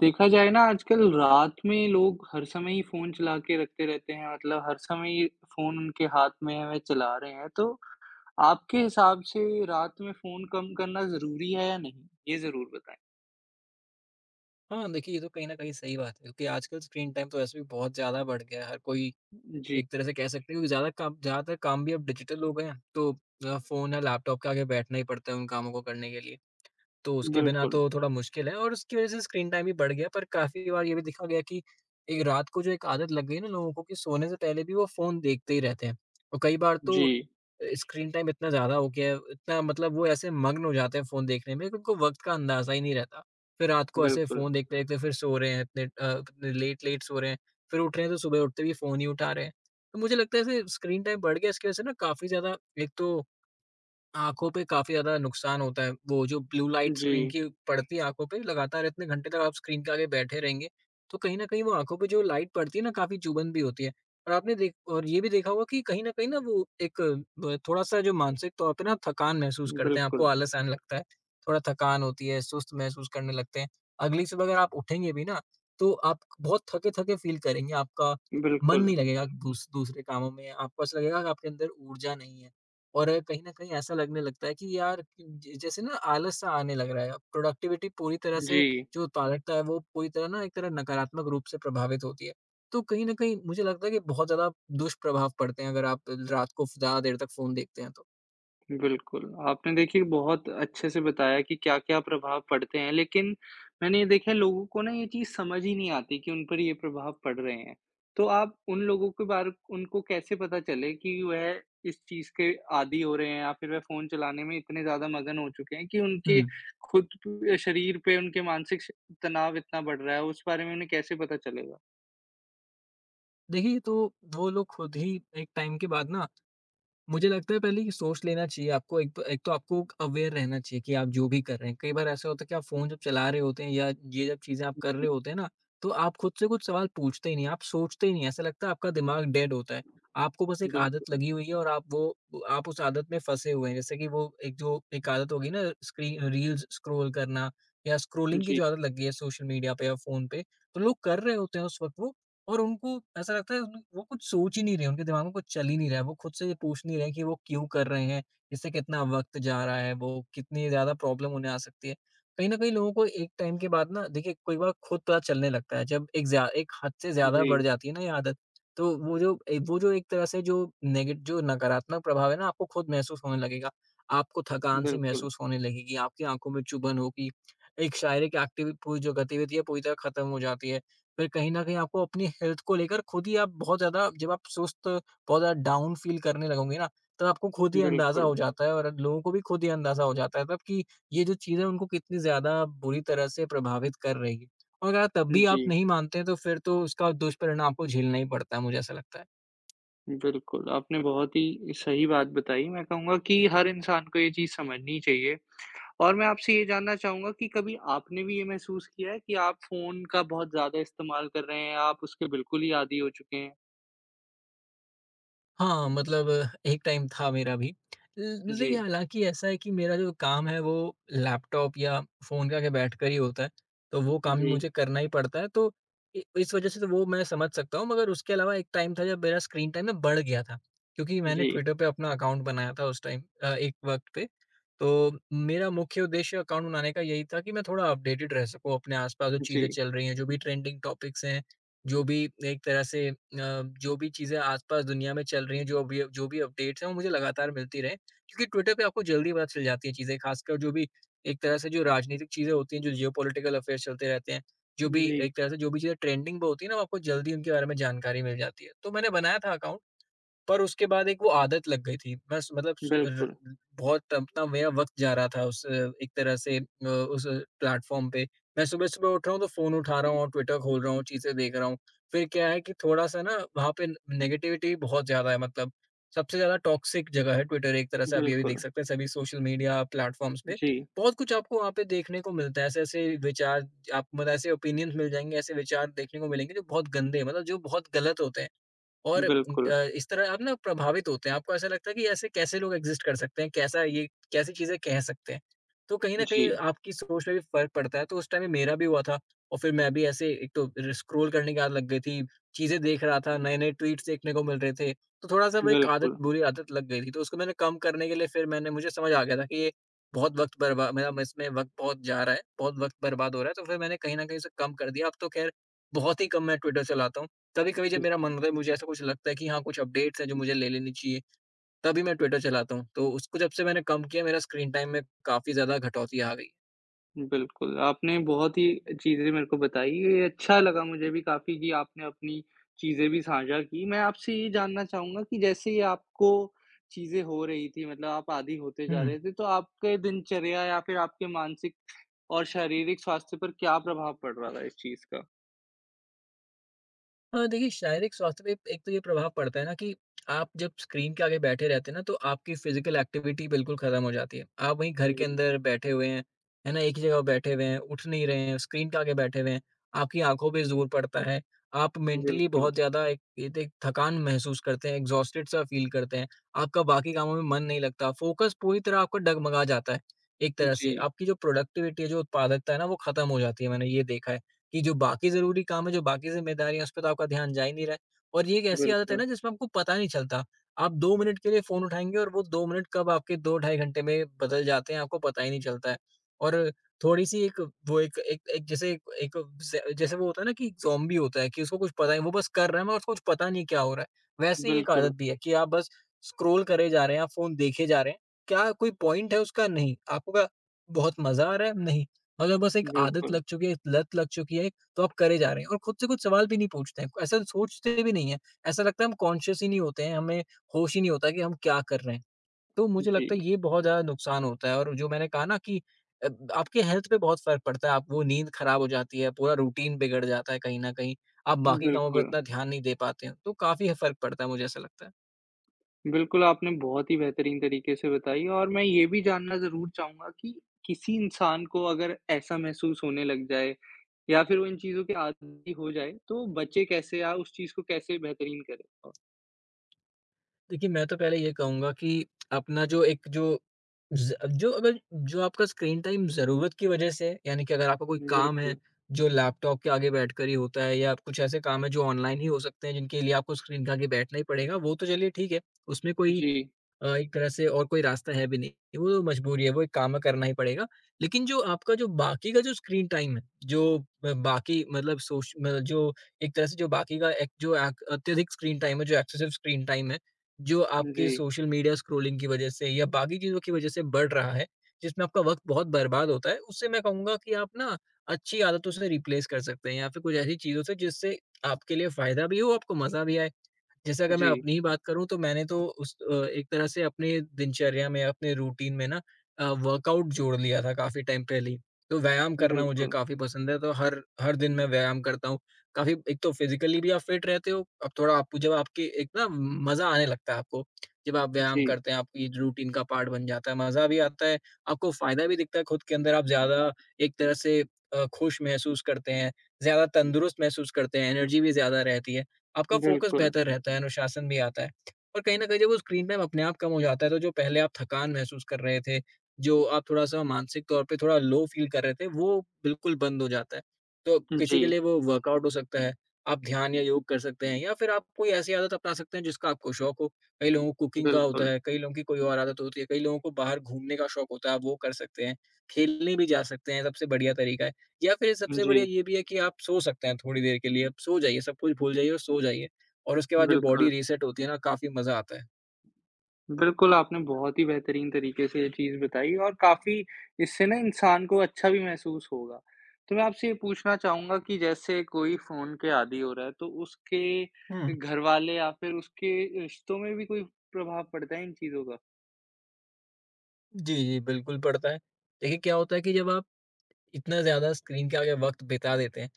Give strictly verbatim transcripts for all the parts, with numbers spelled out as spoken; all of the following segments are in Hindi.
देखा जाए ना आजकल रात में लोग हर समय ही फ़ोन चला के रखते रहते हैं मतलब हर समय ही फ़ोन उनके हाथ में है, वह चला रहे हैं। तो आपके हिसाब से रात में फ़ोन कम करना ज़रूरी है या नहीं? ये ज़रूर बताएँ। हाँ, देखिए ये तो कहीं न कहीं सही बात है क्योंकि आजकल स्क्रीन टाइम तो वैसे भी बहुत ज़्यादा बढ़ गया है। हर कोई जी, एक तरह से कह सकते हैं क्योंकि ज़्यादा काम ज़्यादातर काम भी अब डिजिटल हो गए हैं, तो अ, फ़ोन या लैपटॉप के आगे बैठना ही पड़ता है उन कामों को करने के लिए। तो उसके बिना बिल्कुल। तो थोड़ा मुश्किल है और उसकी वज़ह से स्क्रीन टाइम भी बढ़ गया, पर काफ़ी बार ये भी देखा गया कि एक रात को जो एक आदत लग गई है ना लोगों को कि सोने से पहले भी वो फ़ोन देखते ही रहते हैं। और कई बार तो जी, अ, स्क्रीन टाइम इतना ज़्यादा हो गया है, इतना मतलब वो ऐसे मग्न हो जाते हैं फ़ोन देखने में कि उनको वक़्त का अंदाज़ा ही नहीं रहता। फिर रात को ऐसे बिल्कुल। फ़ोन देखते-देखते फिर सो रहे हैं, इतने अ, लेट-लेट सो रहे हैं, फिर उठ रहे हैं तो सुबह उठते भी फ़ोन ही उठा रहे हैं। तो मुझे लगता है ऐसे स्क्रीन टाइम बढ़ गया, इसकी वज़ह से ना काफ़ी ज़्यादा एक तो आँखों पे काफ़ी ज़्यादा नुकसान होता है। वो जो ब्लू लाइट स्क्रीन जी, की पड़ती है आँखों पे, लगातार इतने घंटे तक आप स्क्रीन के आगे बैठे रहेंगे, तो कहीं न कहीं वो आँखों पे जो लाइट पड़ती है ना, काफ़ी चुभन भी होती है। और आपने देख और ये भी देखा होगा कि कहीं न कहीं ना वो एक ब थोड़ा-सा जो मानसिक तौर पे ना थकान महसूस करते हैं, आपको बिल्कुल, आलस आने लगता है, थोड़ा थकान होती है, सुस्त महसूस करने लगते हैं। अगली सुबह अगर आप उठेंगे भी ना, तो आप बहुत थके-थके फ़ील करेंगे, आपका मन बिल्कुल। नहीं लगेगा दूस दूसरे कामों में, आपको ऐसा लगेगा कि आपके अंदर ऊर्जा नहीं है। और कहीं न कहीं ऐसा लगने लगता है कि यार ज जैसे ना आलस सा आने लग रहा है। प्रोडक्टिविटी पूरी तरह जी। से, जो उत्पादकता है वो पूरी तरह ना एक तरह नकारात्मक रूप से प्रभावित होती है। तो कहीं न कहीं मुझे लगता है कि बहुत ज़्यादा दुष्प्रभाव पड़ते हैं अगर आप रात को ज़्यादा देर तक फ़ोन देखते हैं तो। बिल्कुल, आपने देखिए बहुत अच्छे से बताया कि क्या-क्या प्रभाव पड़ते हैं, लेकिन मैंने ये देखा है लोगों को ना ये चीज़ समझ ही नहीं आती कि उन पर ये प्रभाव पड़ रहे हैं। तो आप उन लोगों के बारे उनको कैसे पता चले कि वह इस चीज़ के आदी हो रहे हैं या फिर वह फ़ोन चलाने में इतने ज़्यादा मगन हो चुके हैं कि उनके हुँ। खुद प शरीर पे उनके मानसिक श तनाव इतना बढ़ रहा है, उस बारे में उन्हें कैसे पता चलेगा? देखिए, तो वो लोग खुद ही एक टाइम के बाद ना, मुझे लगता है पहले ये सोच लेना चाहिए आपको, एक तो एक तो आपको अवेयर रहना चाहिए कि आप जो भी कर रहे हैं। कई बार ऐसा होता है कि आप फ़ोन जब चला रहे होते हैं या ये जब चीज़ें आप कर जी। रहे होते हैं ना, तो आप खुद से कुछ सवाल पूछते ही नहीं, आप सोचते ही नहीं, ऐसा लगता है आपका दिमाग डेड होता है। आपको बस एक आदत बिल्कुल। लगी हुई है और आप वो वो- आप उस आदत में फँसे हुए हैं। जैसे कि वो एक जो एक आदत होगी ना, स्क्रीन रील्स स्क्रॉल करना या स्क्रॉलिंग की जी, जो आदत लग गई है सोशल मीडिया पे या फ़ोन पे, तो लोग कर रहे होते हैं उस वक़्त वो, और उनको ऐसा लगता है उन वो कुछ सोच ही नहीं रहे, उनके दिमाग में कुछ चल ही नहीं रहा है, वो खुद से ये पूछ नहीं रहे कि वो क्यों कर रहे हैं, इससे कितना वक़्त जा रहा है, वो कितनी ज़्यादा प्रॉब्लम उन्हें आ सकती है। कहीं न कहीं लोगों को एक टाइम के बाद ना, देखिए कई बार खुद पता चलने लगता है जब एक ज़्या एक हद से ज़्यादा जी, बढ़ जाती है ना ये आदत, तो वो जो ए वो जो एक तरह से जो नेगे जो नकारात्मक प्रभाव है ना, आपको खुद महसूस होने लगेगा। आपको थकान-सी बिल्कुल, महसूस होने लगेगी, आपकी आँखों में चुभन होगी, एक शारीरिक एक्टिवि पूरी जो गतिविधि है पूरी तरह खत्म हो जाती है। फिर कहीं न कहीं आपको अपनी हेल्थ को लेकर खुद ही, आप बहुत ज़्यादा जब आप सुस्त, बहुत ज़्यादा डाउन फ़ील करने लगोगे ना, तब आपको खुद ही अंदाज़ा बिल्कुल। हो जाता है और लोगों को भी खुद ही अंदाज़ा हो जाता है तब कि ये जो चीज़ है उनको कितनी ज़्यादा बुरी तरह से प्रभावित कर रही है। और अगर तब भी जी। आप नहीं मानते हैं, तो फिर तो उसका दुष्परिणाम आपको झेलना ही पड़ता है, मुझे ऐसा लगता है। बिल्कुल, आपने बहुत ही सही बात बताई। मैं कहूँगा कि हर इंसान को ये चीज़ समझनी चाहिए और मैं आपसे ये जानना चाहूँगा कि कभी आपने भी ये महसूस किया है कि आप फ़ोन का बहुत ज़्यादा इस्तेमाल कर रहे हैं, आप उसके बिल्कुल ही आदी हो चुके हैं? हाँ, मतलब एक टाइम था मेरा भी। ल मुझे जी, ये, हालाँकि ऐसा है कि मेरा जो काम है वो लैपटॉप या फ़ोन के आगे बैठकर ही होता है, तो वो काम भी जी, मुझे करना ही पड़ता है, तो इ इस वज़ह से तो वो मैं समझ सकता हूँ, मगर उसके अलावा एक टाइम था जब मेरा स्क्रीन टाइम ना बढ़ गया था, क्योंकि मैंने जी, ट्विटर पे अपना अकाउंट बनाया था उस टाइम, अ, एक वक़्त पे। तो मेरा मुख्य उद्देश्य अकाउंट बनाने का यही था कि मैं थोड़ा अपडेटेड रह सकूँ, अपने आस-पास जो चीज़ें जी, चल रही हैं, जो भी ट्रेंडिंग टॉपिक्स हैं, जो भी एक तरह से अ, जो भी चीज़ें आस-पास दुनिया में चल रही हैं, जो भी जो भी अपडेट्स हैं, वो मुझे लगातार मिलती रहें। क्योंकि ट्विटर पे आपको जल्दी पता चल जाती हैं चीज़ें, खासकर जो भी एक तरह से जो राजनीतिक चीज़ें होती हैं, जो जियोपॉलिटिकल अफेयर्स चलते रहते हैं, जो भी जी, एक तरह से जो भी चीज़ें ट्रेंडिंग पे होती हैं ना, वो आपको जल्दी उनके बारे में जानकारी मिल जाती है। तो मैंने बनाया था अकाउंट। पर उसके बाद एक वो आदत लग गई थी। बस मतलब सु र बिल्कुल, बहुत अपना मेरा वक़्त जा रहा था उस, अ, एक तरह से अ, उस प्लेटफ़ॉर्म पे। मैं सुबह-सुबह उठ रहा हूँ तो फ़ोन उठा रहा हूँ और ट्विटर खोल रहा हूँ, चीज़ें देख रहा हूँ। फिर क्या है कि थोड़ा-सा ना वहाँ पे नेगेटिविटी बहुत ज़्यादा है, मतलब सबसे ज़्यादा टॉक्सिक जगह है ट्विटर, एक तरह से आप ये भी बिल्कुल, देख सकते हैं सभी सोशल मीडिया प्लेटफ़ॉर्म्स पे। जी, बहुत कुछ आपको वहाँ पे देखने को मिलता है, ऐसे-ऐसे विचार आप मतलब ऐसे ओपिनियंस मिल जाएँगे, ऐसे विचार देखने को मिलेंगे जो बहुत गंदे हैं, मतलब जो बहुत गलत होते हैं। और बिल्कुल, अ, इस तरह आप ना प्रभावित होते हैं। आपको ऐसा लगता है कि ऐसे कैसे लोग एग्ज़िस्ट कर सकते हैं? कैसा ये, कैसी चीज़ें कह सकते हैं? तो कहीं न कहीं जी, आपकी सोच में भी फ़र्क पड़ता है, तो उस टाइम में मेरा भी हुआ था और फिर मैं भी ऐसे एक तो र स्क्रॉल करने की आदत लग गई थी, चीज़ें देख रहा था, नए-नए ट्वीट्स देखने को मिल रहे थे, तो थोड़ा-सा वो एक आदत, बिल्कुल। बुरी आदत लग गई थी। तो उसको मैंने कम करने के लिए फिर मैंने, मुझे समझ आ गया था कि ये बहुत वक़्त बर्बा मेरा म इसमें वक़्त बहुत जा रहा है, बहुत वक़्त बर्बाद हो रहा है, तो फिर मैंने कहीं न कहीं उसे कम कर दिया। अब तो ख़ैर बहुत ही कम मैं ट्विटर चलाता हूँ। कभी-कभी जब मेरा मन होता है, मुझे ऐसा कुछ लगता है कि हाँ, कुछ अपडेट्स हैं जो मुझे ले लेनी चाहिए, तभी मैं ट्विटर चलाता हूँ। तो उसको जब से मैंने कम किया, मेरा स्क्रीन टाइम में काफ़ी ज़्यादा कटौती आ गई। बिल्कुल, आपने बहुत ही चीज़ें मेरे को बताई, ये अच्छा लगा मुझे भी काफ़ी कि आपने अपनी चीज़ें भी साझा की। मैं आपसे ये जानना चाहूँगा कि जैसे ये आपको चीज़ें हो रही थी मतलब आप आदी होते जा हुँ। रहे थे, तो आपके दिनचर्या या फिर आपके मानसिक और शारीरिक स्वास्थ्य पर क्या प्रभाव पड़ रहा था इस चीज़ का? हाँ, देखिए शारीरिक स्वास्थ्य पे एक तो ये प्रभाव पड़ता है ना कि आप जब स्क्रीन के आगे बैठे रहते हैं ना, तो आपकी फिज़िकल एक्टिविटी बिल्कुल ख़त्म हो जाती है। आप वहीं घर जी, के अंदर बैठे हुए हैं, है ना? एक ही जगह बैठे हुए हैं, उठ नहीं रहे हैं, स्क्रीन के आगे बैठे हुए हैं, आपकी आँखों पे ज़ोर पड़ता है। आप मेंटली बिल्कुल। बहुत ज़्यादा एक एक एक थकान महसूस करते हैं, एग्ज़ॉस्टेड सा फ़ील करते हैं। आपका बाकी कामों में मन नहीं लगता, फ़ोकस पूरी तरह आपका डगमगा जाता है, एक तरह से। जी, आपकी जो प्रोडक्टिविटी है, जो उत्पादकता है ना, वो ख़त्म हो जाती है, मैंने ये देखा है। कि जो बाकी ज़रूरी काम है, जो बाकी ज़िम्मेदारियाँ, उस पे तो आपका ध्यान जा ही नहीं रहा है। और ये एक ऐसी आदत है बिल्कुल, ना जिसमें आपको पता नहीं चलता। आप दो मिनट के लिए फ़ोन उठाएँगे और वो दो मिनट कब आपके दो ढाई घंटे में बदल जाते हैं, आपको पता ही नहीं चलता है। और थोड़ी-सी एक वो एक एक एक जैसे एक ज़ जैसे वो होता है ना कि ज़ॉम्बी होता है कि उसको कुछ पता नहीं वो बस कर रहा है, मगर उसको कुछ पता नहीं क्या हो रहा है। वैसे ही एक बिल्कुल, आदत भी है कि आप बस स्क्रॉल करे जा रहे हैं, आप फ़ोन देखे जा रहे हैं। क्या कोई पॉइंट है उसका? नहीं। आपको क्या बहुत मज़ा आ रहा है? नहीं। अगर बस एक आदत बिल्कुल। लग चुकी है, एक लत लग चुकी है, तो आप करे जा रहे हैं और खुद से कुछ सवाल भी नहीं पूछते हैं। ऐसा सोचते भी नहीं है। ऐसा लगता है हम कॉन्शियस ही नहीं होते हैं, हमें होश ही नहीं होता कि हम क्या कर रहे हैं। तो मुझे जी, लगता है ये बहुत ज़्यादा नुकसान होता है और जो मैंने कहा ना कि अ, आपके हेल्थ पे बहुत फ़र्क पड़ता है। आप वो नींद खराब हो जाती है, पूरा रूटीन बिगड़ जाता है कहीं न कहीं। आप बाकी कामों पे बिल्कुल। उतना ध्यान नहीं दे पाते हैं। तो काफ़ी फ़र्क पड़ता है, मुझे ऐसा लगता है। बिल्कुल, आपने बहुत ही बेहतरीन तरीके से बताई और मैं ये भी जानना ज़रूर चाहूँगा कि किसी इंसान को अगर ऐसा महसूस होने लग जाए या फिर वो इन चीज़ों के आदी हो जाए, तो बचे कैसे या उस चीज़ को कैसे बेहतरीन करें? अ, देखिए, मैं तो पहले ये कहूँगा कि अपना जो एक जो ज़ जो अगर जो आपका स्क्रीन टाइम ज़रूरत की वजह से है, यानी कि अगर आपका कोई काम है, बिल्कुल। जो लैपटॉप के आगे बैठकर ही होता है या कुछ ऐसे काम है जो ऑनलाइन ही हो सकते हैं, जिनके लिए आपको स्क्रीन के आगे बैठना ही पड़ेगा, वो तो चलिए ठीक है, उसमें कोई जी, अ, एक तरह से और कोई रास्ता है भी नहीं। वो मजबूरी है, वो एक काम करना ही पड़ेगा। लेकिन जो आपका जो बाकी का जो स्क्रीन टाइम है, जो ब बाकी मतलब सोश म जो एक तरह से जो बाकी का एक जो अ, अत्यधिक स्क्रीन टाइम है, जो एक्सेसिव स्क्रीन टाइम है, जो आपके जी, सोशल मीडिया स्क्रॉलिंग की वजह से या बाकी चीज़ों की वजह से बढ़ रहा है, जिसमें आपका वक़्त बहुत बर्बाद होता है, उससे मैं कहूँगा कि आप ना अच्छी आदतों से रिप्लेस कर सकते हैं या फिर कुछ ऐसी चीज़ों से जिससे आपके लिए फ़ायदा भी हो, आपको मज़ा भी आए। जैसे अगर मैं जी, अपनी ही बात करूँ तो मैंने तो उस अ, एक तरह से अपने दिनचर्या में, अपने रूटीन में ना अ, वर्कआउट जोड़ लिया था काफ़ी टाइम पहले ही। तो व्यायाम करना मुझे बिल्कुल। काफ़ी पसंद है, तो हर हर दिन मैं व्यायाम करता हूँ। काफ़ी एक तो फिज़िकली भी आप फिट रहते हो, अब थोड़ा आपको जब आपकी एक ना मज़ा आने लगता है आपको, जब आप व्यायाम जी, करते हैं, आपकी रूटीन का पार्ट बन जाता है, मज़ा भी आता है, आपको फ़ायदा भी दिखता है खुद के अंदर, आप ज़्यादा एक तरह से अ, खुश महसूस करते हैं, ज़्यादा तंदुरुस्त महसूस करते हैं, एनर्जी भी ज़्यादा रहती है। आपका फ़ोकस बिल्कुल। बेहतर रहता है, अनुशासन भी आता है। और कहीं न कहीं जब वो स्क्रीन टाइम अपने आप कम हो जाता है, तो जो पहले आप थकान महसूस कर रहे थे, जो आप थोड़ा-सा मानसिक तौर पे थोड़ा लो फ़ील कर रहे थे, वो बिल्कुल बंद हो जाता है। तो किसी के जी, लिए वो वर्कआउट हो सकता है, आप ध्यान या योग कर सकते हैं या फिर आप कोई ऐसी आदत अपना सकते हैं जिसका आपको शौक हो। कई लोगों को कुकिंग का होता बिल्कुल। है, कई लोगों की कोई और आदत होती है, कई लोगों को बाहर घूमने का शौक होता है, आप वो कर सकते हैं। खेलने भी जा सकते हैं, सबसे बढ़िया तरीका है। या फिर सबसे बढ़िया जी, ये भी है कि आप सो सकते हैं थोड़ी देर के लिए, आप सो जाइए, सब कुछ भूल जाइए और सो जाइए और उसके बाद जो बॉडी बिल्कुल। रीसेट होती है ना, काफ़ी मज़ा आता है। बिल्कुल, आपने बहुत ही बेहतरीन तरीके से ये चीज़ बताई और काफ़ी इससे ना इंसान को अच्छा भी महसूस होगा। तो मैं आपसे ये पूछना चाहूँगा कि जैसे कोई फ़ोन के आदी हो रहा है, तो हुँ। उसके घरवाले या फिर उसके रिश्तों में भी कोई प्रभाव पड़ता है इन चीज़ों का? जी, जी, बिल्कुल पड़ता है। देखिए, क्या होता है कि जब आप इतना ज़्यादा स्क्रीन के आगे वक़्त बिता देते हैं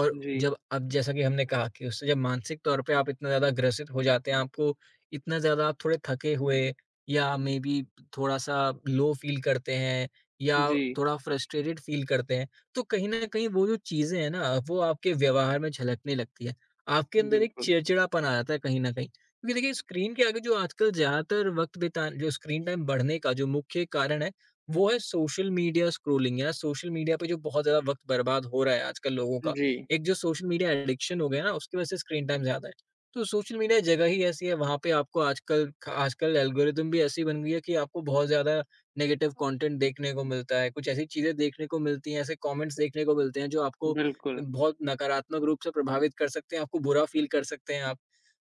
और जी, जब अब जैसा कि हमने कहा कि उससे जब मानसिक तौर पे आप इतना ज़्यादा ग्रसित हो जाते हैं, आपको इतना ज़्यादा आप थोड़े थके हुए या मे बी थोड़ा-सा लो फ़ील करते हैं या जी, थोड़ा फ्रस्ट्रेटेड फ़ील करते हैं, तो कहीं न कहीं वो जो चीज़ें हैं ना, वो आपके व्यवहार में झलकने लगती है। आपके अंदर एक बिल्कुल। चिड़चिड़ापन आ जाता है कहीं न कहीं। क्योंकि देखिए स्क्रीन के आगे जो आजकल ज़्यादातर वक़्त बिता जो स्क्रीन टाइम बढ़ने का जो मुख्य कारण है, वो है सोशल मीडिया स्क्रोलिंग या सोशल मीडिया पे जो बहुत ज़्यादा वक़्त बर्बाद हो रहा है आजकल लोगों का। जी, एक जो सोशल मीडिया एडिक्शन हो गया है ना, उसकी वज़ह से स्क्रीन टाइम ज़्यादा है। तो सोशल मीडिया जगह ही ऐसी है, वहाँ पे आपको आजकल ख आजकल एल्गोरिदम भी ऐसी बन गई है कि आपको बहुत ज़्यादा नेगेटिव कंटेंट देखने को मिलता है। कुछ ऐसी चीज़ें देखने को मिलती हैं, ऐसे कमेंट्स देखने को मिलते हैं जो आपको बिल्कुल। बहुत नकारात्मक रूप से प्रभावित कर सकते हैं, आपको बुरा फ़ील कर सकते हैं आप।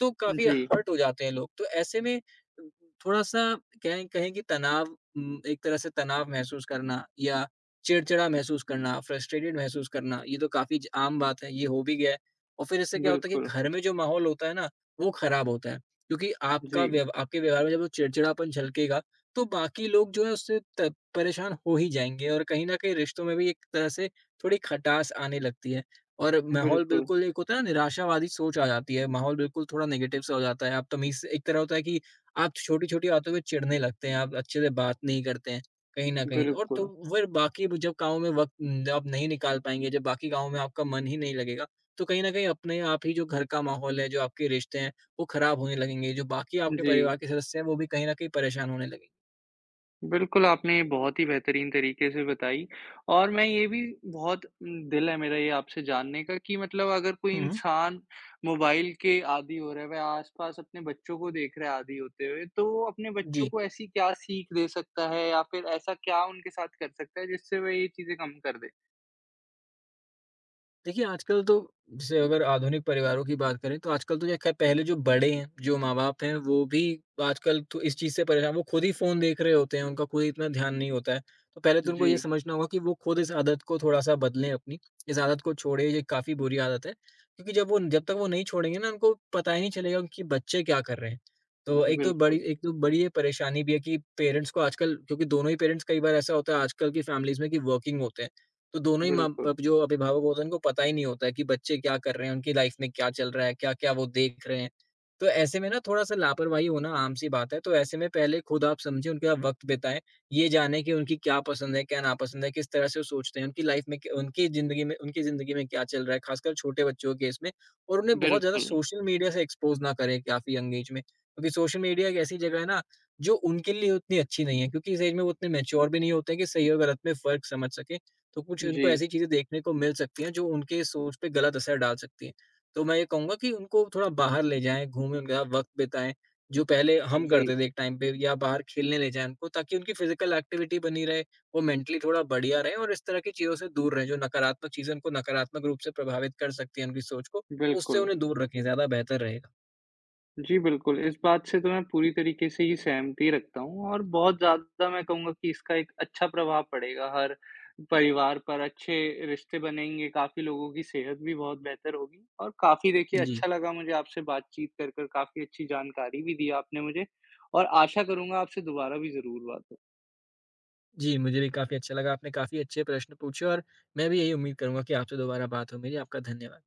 तो काफ़ी जी, हर्ट हो जाते हैं लोग। तो ऐसे में थोड़ा-सा कहें कहें कि तनाव उम, एक तरह से तनाव महसूस करना या चिड़चिड़ा महसूस करना, फ्रस्ट्रेटेड महसूस करना, ये तो काफ़ी ज आम बात है, ये हो भी गया है। और फिर इससे क्या होता है बिल्कुल। कि घर में जो माहौल होता है ना, वो ख़राब होता है। क्योंकि जी, आपका व्यव आपके व्यवहार में जब वो चिड़चिड़ापन झलकेगा, तो बाकी लोग जो है उससे त परेशान हो ही जाएँगे और कहीं न कहीं रिश्तों में भी एक तरह से थोड़ी खटास आने लगती है। और माहौल बिल्कुल, बिल्कुल एक होता है ना निराशावादी सोच आ जाती है, माहौल बिल्कुल थोड़ा नेगेटिव सा हो जाता है। आप तमीज़ से एक तरह होता है कि आप छोटी-छोटी बातों पे चिढ़ने लगते हैं, आप अच्छे से बात नहीं करते हैं, कहीं न कहीं और तो बिल्कुल। फिर बाकी वो जब कामों में वक़्त जब आप नहीं निकाल पाएँगे, जब बाकी कामों में आपका मन ही नहीं लगेगा, तो कहीं न कहीं अपने आप ही जो घर का माहौल है, जो आपके रिश्ते हैं, वो खराब होने लगेंगे, जो बाकी आपके जी। परिवार के सदस्य हैं, वो भी कहीं न कहीं परेशान होने लगेंगे। बिल्कुल, आपने ये बहुत ही बेहतरीन तरीके से बताई और मैं ये भी बहुत उम, दिल है मेरा ये आपसे जानने का कि मतलब अगर कोई हुँ, हुँ। इंसान मोबाइल के आदी हो रहा है, वह आस-पास अपने बच्चों को देख रहा है आदी होते हुए, तो वो अपने बच्चों जी। को ऐसी क्या सीख दे सकता है या फिर ऐसा क्या उनके साथ कर सकता है जिससे वह ये चीज़ें कम कर दे? देखिए, आजकल तो जैसे अगर आधुनिक परिवारों की बात करें, तो आजकल तो ये खैर पहले जो बड़े हैं, जो माँ-बाप हैं, वो भी आजकल तो इस चीज़ से परेशान वो खुद ही फ़ोन देख रहे होते हैं, उनका खुद ही इतना ध्यान नहीं होता है। तो पहले तो उनको ये जी, समझना होगा कि वो खुद इस आदत को थोड़ा-सा बदलें अपनी, इस आदत को छोड़ें, ये काफ़ी बुरी आदत है। क्योंकि जब वो जब तक वो नहीं छोड़ेंगे ना, उनको पता ही नहीं चलेगा कि बच्चे क्या कर रहे हैं। तो एक तो बड़ी बिल्कुल, एक तो बड़ी ये परेशानी भी है कि पेरेंट्स को आजकल क्योंकि दोनों ही पेरेंट्स कई बार ऐसा होता है आजकल की फैमिलीज़ में कि वर्किंग होते हैं। तो दोनों ही माँ बिल्कुल, बाप जो अभिभावक होते हैं उनको पता ही नहीं होता है कि बच्चे क्या कर रहे हैं, उनकी लाइफ में क्या चल रहा है, क्या-क्या वो देख रहे हैं। तो ऐसे में ना थोड़ा-सा लापरवाही होना आम सी बात है, तो ऐसे में पहले खुद आप समझें, उनके साथ वक़्त बिताएँ, ये जानें कि उनकी क्या पसंद है, क्या नापसंद है, किस तरह से वो सोचते हैं, उनकी लाइफ में क्या उनकी ज़िंदगी में उनकी ज़िंदगी में क्या चल रहा है, ख़ासकर छोटे बच्चों के केस में और उन्हें बहुत ज़्यादा बिल्कुल। सोशल मीडिया से एक्सपोज़ ना करें काफ़ी यंग एज में। क्योंकि सोशल मीडिया एक ऐसी जगह है ना, जो उनके लिए उतनी अच्छी नहीं है क्योंकि इस एज में वो उतने मैच्योर भी नहीं होते हैं कि सही और गलत में फ़र्क समझ सकें। तो कुछ जी, उनको ऐसी चीज़ें देखने को मिल सकती हैं जो उनके सोच पे गलत असर डाल सकती हैं। तो मैं ये कहूँगा कि उनको थोड़ा बाहर ले जाएँ, घूमें, उनके साथ वक़्त बिताएँ, जो पहले हम जी, करते थे एक टाइम पे या बाहर खेलने ले जाएँ उनको ताकि उनकी फ़िज़िकल एक्टिविटी बनी रहे, वो मेंटली थोड़ा बढ़िया रहें और इस तरह की चीज़ों से दूर रहें, जो नकारात्मक चीज़ें उनको नकारात्मक रूप से प्रभावित कर सकती हैं उनकी सोच को, उससे बिल्कुल। उन्हें दूर रखें, ज़्यादा बेहतर रहेगा। जी, बिल्कुल, इस बात से तो मैं पूरी तरीके से ही सहमति रखता हूँ और बहुत ज़्यादा मैं कहूँगा कि इसका एक अच्छा प्रभाव पड़ेगा हर परिवार पर, अच्छे रिश्ते बनेंगे, काफ़ी लोगों की सेहत भी बहुत बेहतर होगी और काफ़ी देखिए जी। अच्छा लगा मुझे आपसे बातचीत कर, कर काफ़ी अच्छी जानकारी भी दी आपने मुझे और आशा करूँगा आपसे दोबारा भी ज़रूर बात हो। जी, मुझे भी काफ़ी अच्छा लगा, आपने काफ़ी अच्छे प्रश्न पूछे और मैं भी यही उम्मीद करूँगा कि आपसे दोबारा बात हो मेरी। आपका धन्यवाद।